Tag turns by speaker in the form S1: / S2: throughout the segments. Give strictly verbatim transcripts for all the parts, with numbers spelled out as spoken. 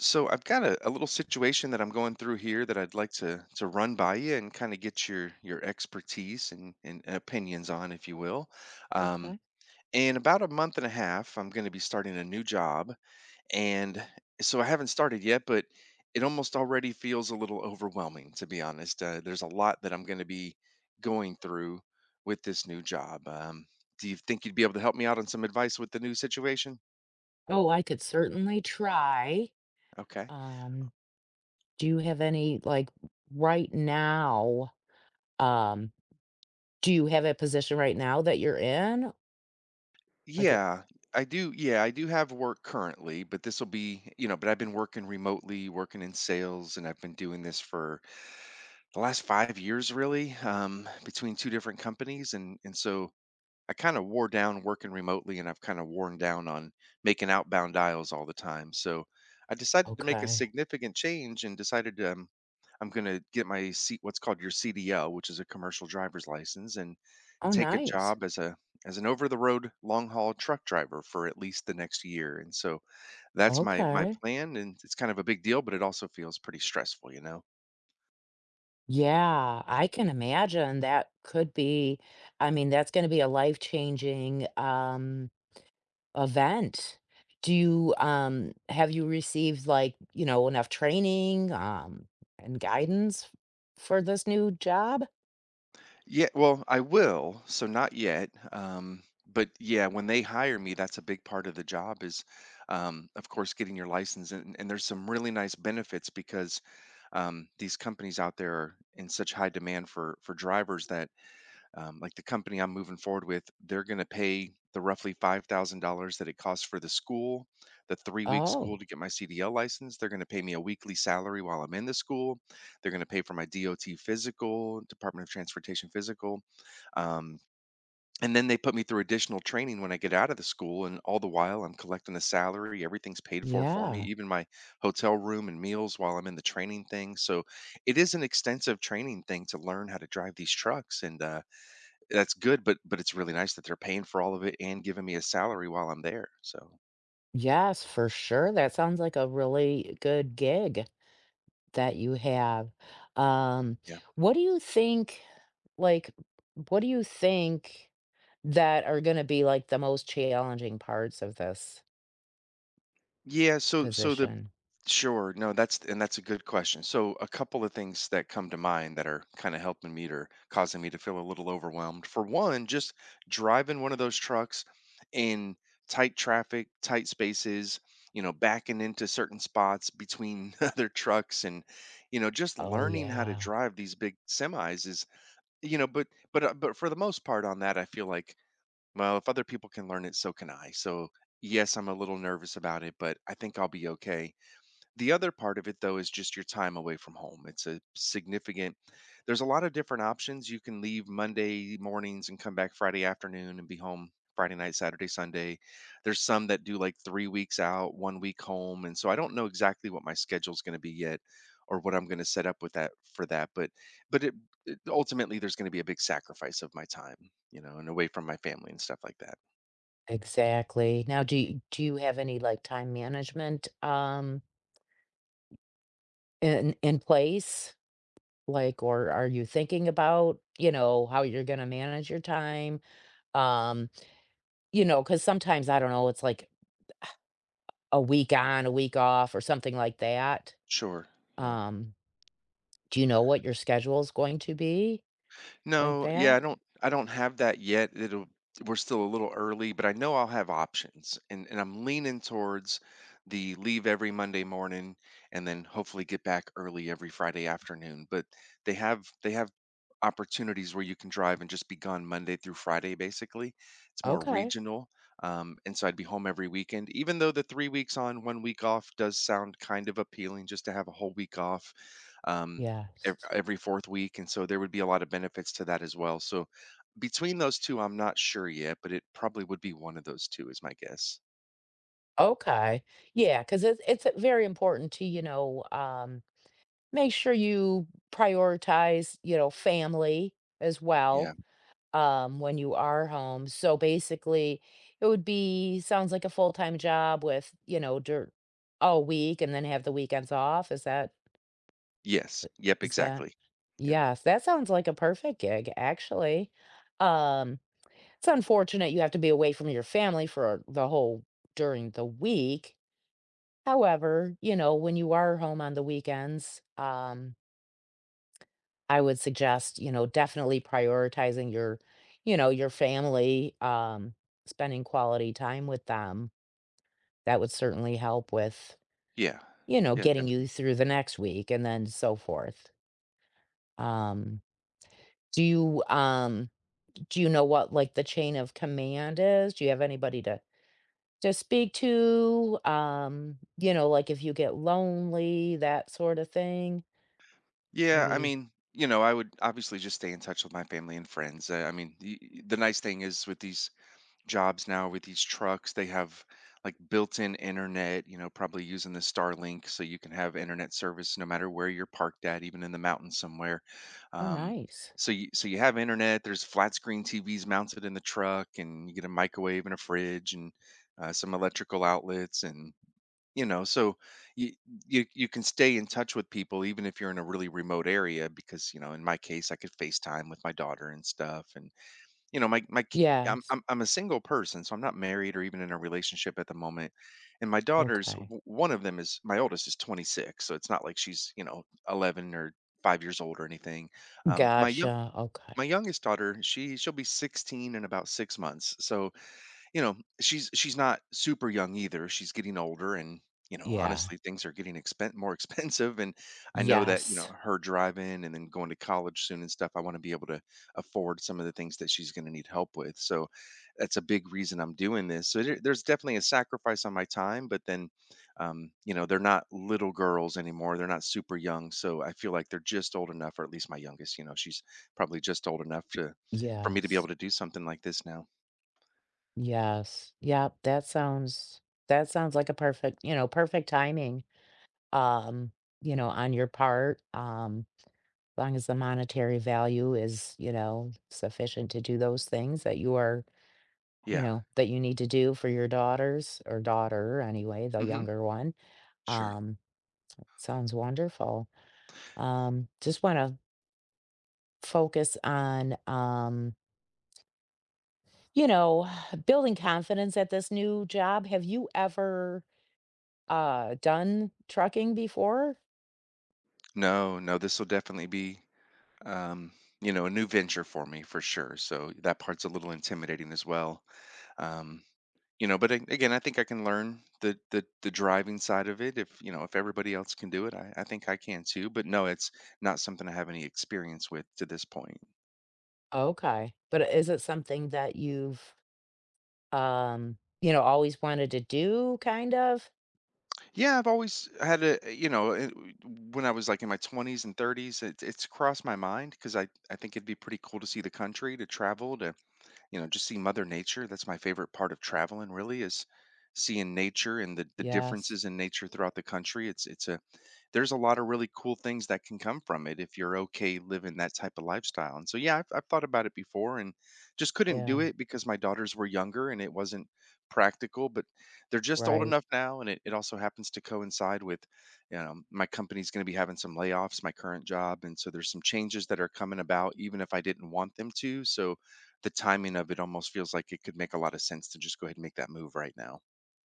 S1: So I've got a, a little situation that I'm going through here that I'd like to to run by you and kind of get your your expertise and, and opinions on, if you will. Um,
S2: Okay.
S1: in about a month and a half, I'm going to be starting a new job, and so I haven't started yet, but it almost already feels a little overwhelming, to be honest. Uh, there's a lot that I'm going to be going through with this new job. Um, do you think you'd be able to help me out on some advice with the new situation?
S2: Oh, I could certainly try.
S1: Okay.
S2: Um, do you have any like right now? Um, do you have a position right now that you're in? Like, a-
S1: Yeah, I do. Yeah, I do have work currently, but this will be, you know, but I've been working remotely, working in sales, and I've been doing this for the last five years, really, um, between two different companies, and and so I kind of wore down working remotely, and I've kind of worn down on making outbound dials all the time. So I decided to make a
S2: okay.
S1: significant change, and decided um, I'm going to get my C, what's called your C D L, which is a commercial driver's license, and
S2: Oh,
S1: take a
S2: nice.
S1: job as a as an over the road long haul truck driver for at least the next year. And so that's my my
S2: Okay.
S1: plan, and it's kind of a big deal, but it also feels pretty stressful you know
S2: Yeah, I can imagine that could be, I mean, That's going to be a life-changing um event. Do you um have you received like, you know, enough training um and guidance for this new job?
S1: Yeah, well, I will, so not yet, um but yeah, when they hire me, that's a big part of the job is um of course getting your license, and, and there's some really nice benefits because um, these companies out there are in such high demand for for drivers that um, like the company I'm moving forward with, they're going to pay the roughly five thousand dollars that it costs for the school, the three week school to
S2: Oh,
S1: get my C D L license. They're going to pay me a weekly salary while I'm in the school. They're going to pay for my D O T physical, Department of Transportation physical, um, and then they put me through additional training when I get out of the school. And all the while, I'm collecting a salary. Everything's paid for for me,
S2: yeah.
S1: even my hotel room and meals while I'm in the training thing. So it is an extensive training thing to learn how to drive these trucks. And uh, that's good, but but it's really nice that they're paying for all of it and giving me a salary while I'm there, so,
S2: Yes, for sure. That sounds like a really good gig that you have. Um,
S1: yeah.
S2: what do you think, like, what do you think that are gonna be, like, the most challenging parts of this
S1: Yeah, so so the
S2: position?
S1: Sure, no, that's and that's a good question. So a couple of things that come to mind that are kinda helping me or causing me to feel a little overwhelmed. For one, just driving one of those trucks in tight traffic, tight spaces, you know, backing into certain spots between other trucks and, you know, just
S2: Oh,
S1: learning how to
S2: yeah.
S1: drive these big semis is you know, but but uh, but for the most part on that, I feel like, well, if other people can learn it, so can I. So yes, I'm a little nervous about it, but I think I'll be okay. The other part of it though is just your time away from home. It's a significant— there's a lot of different options. You can leave Monday mornings and come back Friday afternoon and be home Friday night, Saturday, Sunday. There's some that do like three weeks out, one week home, and so I don't know exactly what my schedule's going to be yet, or what I'm going to set up with that for that, but but it, it- ultimately there's going to be a big sacrifice of my time, you know, and away from my family and stuff like that.
S2: Exactly. Now, do you do you have any, like, time management, um, in in place? Like, or are you thinking about, you know, how you're gonna manage your time? Um You know, because sometimes, I don't know, it's like a week on, a week off or something like that.
S1: Sure. Yeah.
S2: Um, do you know what your schedule is going to be like
S1: No, yeah, I
S2: that?
S1: don't I don't have that yet. It'll We're still a little early, but I know I'll have options. And and I'm leaning towards the leave every Monday morning and then hopefully get back early every Friday afternoon. But they have they have opportunities where you can drive and just be gone Monday through Friday basically. It's more
S2: Okay.
S1: regional. Um, and so I'd be home every weekend, even though the three weeks on, one week off does sound kind of appealing just to have a whole week off. Um, ev-
S2: Yes.
S1: every fourth week, and so there would be a lot of benefits to that as well. So between those two, I'm not sure yet, but it probably would be one of those two, is my guess.
S2: Okay. Yeah, because it's it's very important to, you know, um, make sure you prioritize, you know, family as
S1: Yeah.
S2: well, um, when you are home. So, basically, it would be sounds like a full-time job with, you know, dirt all week and then have the weekends off. Is that
S1: Yes. Yep.
S2: Is that
S1: Exactly. Yep.
S2: Yes, that sounds like a perfect gig, actually. Um, it's unfortunate you have to be away from your family for the whole during the week. However, you know, when you are home on the weekends, um, I would suggest, you know, definitely prioritizing your, you know, your family, um, spending quality time with them. That would certainly help with,
S1: Yeah.
S2: you know,
S1: Yeah.
S2: getting
S1: Definitely.
S2: you through the next week and then so forth. Um, do you, um, Do you know what, like, the chain of command is? Do you have anybody to to speak to? Um, you know, like, if you get lonely, that sort of thing?
S1: Yeah. I
S2: Maybe.
S1: mean, you know, I would obviously just stay in touch with my family and friends. Uh, I mean, the, the nice thing is with these jobs now with these trucks, they have like built-in internet, you know, probably using the Starlink, so you can have internet service no matter where you're parked at, even in the mountains somewhere.
S2: Oh,
S1: um,
S2: nice.
S1: so you so you have internet, there's flat screen TVs mounted in the truck, and you get a microwave and a fridge and uh, some electrical outlets. And you know, so you, you you can stay in touch with people even if you're in a really remote area, because you know, in my case, I could FaceTime with my daughter and stuff. And you know, my my ki- I'm
S2: Yes.
S1: I'm I'm a single person, so I'm not married or even in a relationship at the moment. And my daughters,
S2: Okay.
S1: w- one of them— is my oldest is twenty-six, so it's not like she's, you know, eleven or five years old or anything. Um, my young
S2: Gotcha, okay.
S1: my youngest daughter, she she'll be sixteen in about six months, so you know, she's she's not super young either. She's getting older, and you know,
S2: Yeah.
S1: honestly, things are getting expen- more expensive. And I know that, you know,
S2: Yes.
S1: her driving and then going to college soon and stuff, I want to be able to afford some of the things that she's going to need help with. So that's a big reason I'm doing this. So there, there's definitely a sacrifice on my time, but then um, you know, they're not little girls anymore. They're not super young, so I feel like they're just old enough, or at least my youngest, you know, she's probably just old enough to— for me to be
S2: Yes.
S1: able to do something like this now.
S2: Yes. Yep, that sounds that sounds like a perfect you know, perfect timing, um, you know, on your part, um long as the monetary value is, you know, sufficient to do those things that you are, you
S1: Yeah.
S2: know, that you need to do for your daughters or daughter anyway, the
S1: Mhm.
S2: younger one.
S1: Sure.
S2: Um, Sounds wonderful. Um, just want to focus on, um, you know, building confidence at this new job. Have you ever uh done trucking before?
S1: No, no, this will definitely be, um, you know, a new venture for me for sure. So that part's a little intimidating as well. Um, you know, but a- again, I think I can learn the the the driving side of it. If— you know, if everybody else can do it, I, I think I can too. But no, it's not something I have any experience with to this point.
S2: Okay. But is it something that you've um, you know, always wanted to do kind of?
S1: Yeah, I've always had a, you know, uh, when I was like in my twenties and thirties, it, it's crossed my mind, because I I think it'd be pretty cool to see the country, to travel, to, you know, just see mother nature. That's my favorite part of traveling, really, is seeing nature and the, the
S2: Yes.
S1: differences in nature throughout the country. It's it's a there's a lot of really cool things that can come from it if you're okay living that type of lifestyle. And so yeah, i've, I've thought about it before and just couldn't do
S2: Yeah,
S1: it because my daughters were younger and it wasn't practical. But they're just old
S2: right.
S1: enough now, and it, it also happens to coincide with, you know, my company's going to be having some layoffs, my current job, and so there's some changes that are coming about even if I didn't want them to. So the timing of it almost feels like it could make a lot of sense to just go ahead and make that move right now.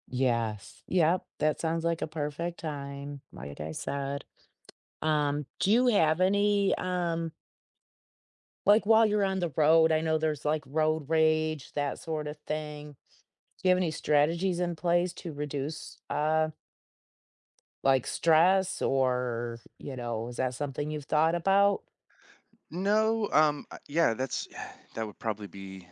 S2: Yes. Yep, that sounds like a perfect time, like I said. Um, do you have any, um, like while you're on the road, I know there's like road rage, that sort of thing. Do you have any strategies in place to reduce uh like stress or, you know, is that something you've thought about?
S1: No, um, uh, yeah, that's that would probably be,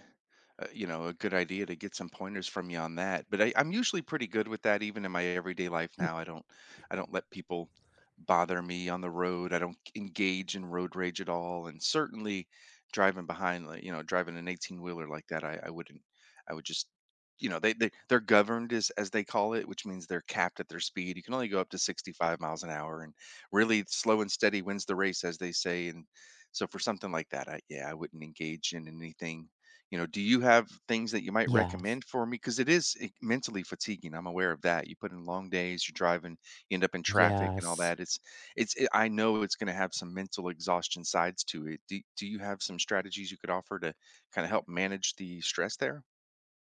S1: uh, you know, a good idea to get some pointers from you on that. But I, I'm usually pretty good with that, even in my everyday life
S2: Mm,
S1: now. I don't, I don't let people bother me on the road. I don't engage in road rage at all, and certainly driving behind, like, you know, driving an eighteen wheeler like that, I, I wouldn't. I would just, you know, they, they they're governed, as as they call it, which means they're capped at their speed. You can only go up to sixty-five miles an hour, and really slow and steady wins the race, as they say. And so for something like that, I yeah, I wouldn't engage in anything. You know, do you have things that you might
S2: yes.
S1: recommend for me? Because it is eh, mentally fatiguing. I'm aware of that. You put in long days, you're driving, you end up in traffic and all that.
S2: Yes.
S1: It's, it's. It, I know it's going to have some mental exhaustion sides to it. Do, do you have some strategies you could offer to kind of help manage the stress there?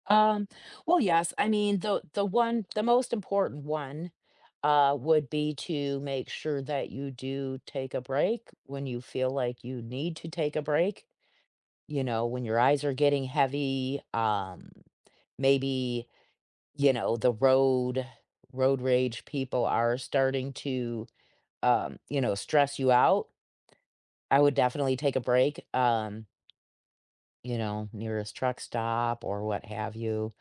S2: Um, well, yes. I mean, the the one the most important one uh would be to make sure that you do take a break when you feel like you need to take a break. You know, when your eyes are getting heavy, um maybe, you know, the road road rage people are starting to um, you know, stress you out. I would definitely take a break. Um you know, nearest truck stop or what have you.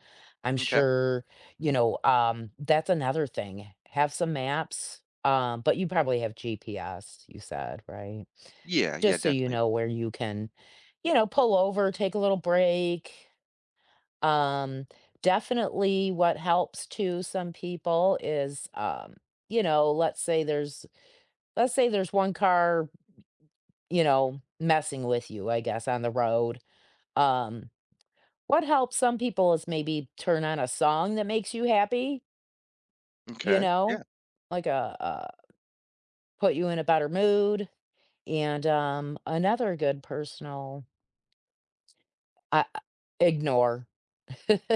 S2: I'm
S1: Okay.
S2: sure, you know, um, that's another thing. Have some maps, um, but you probably have G P S, you said, right?
S1: Yeah. Yeah.
S2: Just so you
S1: Definitely.
S2: know where you can, you know, pull over, take a little break. Um, Definitely what helps to some people is, um, you know, let's say there's, let's say there's one car, you know, messing with you, I guess, on the road. Um, What helps some people is maybe turn on a song that makes you happy, you
S1: Okay. Yeah.
S2: know? Like a uh, put you in a better mood, and, um, another good personal I I ignore.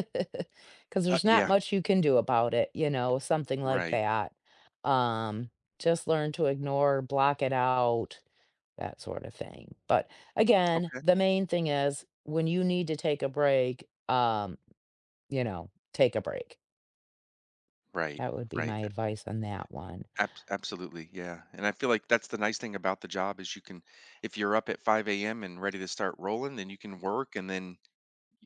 S2: 'Cause
S1: Uh,
S2: there's not
S1: yeah.
S2: much you can do about it, you know, something like
S1: Right.
S2: that. Um, just learn to ignore, block it out, that sort of thing. But, again,
S1: Okay.
S2: the main thing is when you need to take a break, um, you know, take a break.
S1: Right.
S2: That would be
S1: Right.
S2: my advice on that one.
S1: Ab- absolutely. Yeah. And I feel like that's the nice thing about the job is you can, if you're up at five a m and ready to start rolling, then you can work, and then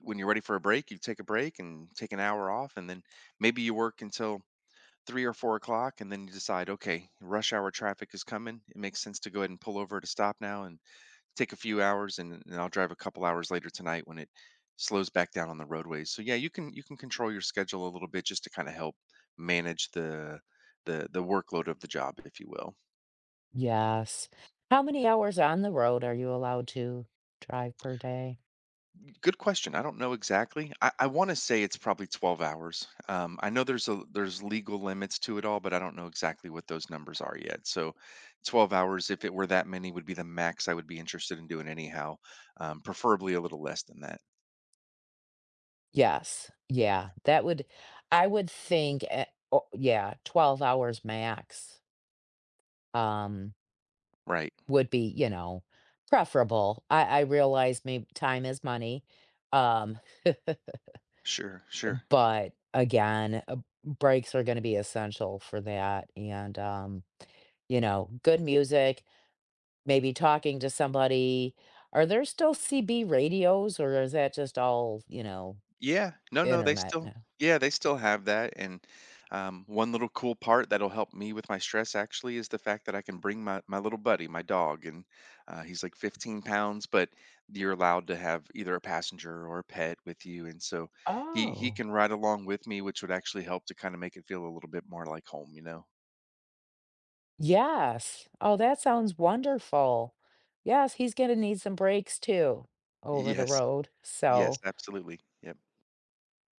S1: when you're ready for a break, you take a break and take an hour off, and then maybe you work until three or four o'clock, and then you decide, okay, rush hour traffic is coming. It makes sense to go ahead and pull over to stop now and take a few hours, and, and I'll drive a couple hours later tonight when it slows back down on the roadways. So yeah, you can you can control your schedule a little bit just to kind of help manage the the the workload of the job, if you will.
S2: Yes. How many hours on the road are you allowed to drive per day?
S1: Good question. I don't know exactly. I, I want to say it's probably twelve hours. Um, I know there's a there's legal limits to it all, but I don't know exactly what those numbers are yet. So twelve hours, if it were that many, would be the max I would be interested in doing anyhow. Um, preferably a little less than that.
S2: Yes. Yeah, that would I would think, eh, o yeah, twelve hours max, um,
S1: Right.
S2: would be, you know, preferable. I I realize maybe time is money, um,
S1: Sure. Sure.
S2: but again, uh, breaks are gonna be essential for that, and, um, you know, good music. Maybe talking to somebody. Are there still C B radios or is that just all, you know,
S1: Yeah. No, no, they
S2: internet
S1: still—
S2: now?
S1: yeah, they still have that, and um, one little cool part that'll help me with my stress actually is the fact that I can bring my my little buddy, my dog, and uh, he's like fifteen pounds, but you're allowed to have either a passenger or a pet with you, and so he he
S2: Oh,
S1: can ride along with me, which would actually help to kinda make it feel a little bit more like home, you know?
S2: yes. Oh, that sounds wonderful. Yes, he's gonna need some breaks too over the
S1: Yes.
S2: road,
S1: Yes,
S2: so
S1: absolutely. Yep.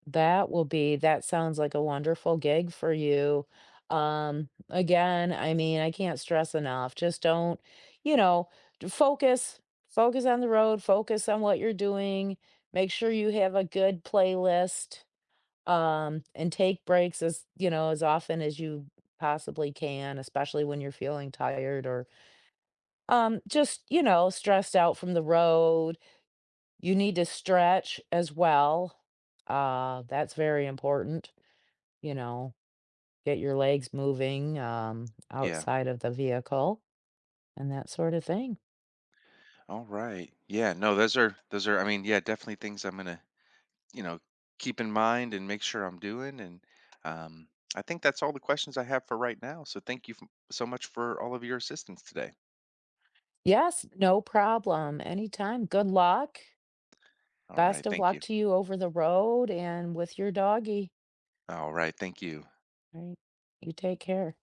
S2: that will be that sounds like a wonderful gig for you. Um, again, I mean, I can't stress enough, just don't you know, d focus focus on the road, focus on what you're doing, make sure you have a good playlist, um, and take breaks as you know, as often as you possibly can, especially when you're feeling tired or, um, just, you know, stressed out from the road. You need to stretch as well. Uh, that's very important you know, get your legs moving, um,
S1: Yeah.
S2: outside of the vehicle and that sort of thing.
S1: All right. Yeah, no, those are those are I mean, yeah, definitely things I'm gonna, you know, keep in mind and make sure I'm doing. And um, I think that's all the questions I have for right now. So thank you f- so much for all of your assistance today.
S2: Yes, no problem. Anytime. Good luck.
S1: All right.
S2: Best of
S1: Thank you.
S2: luck to you over the road and with your doggy.
S1: All right. Thank you.
S2: All right. You take care.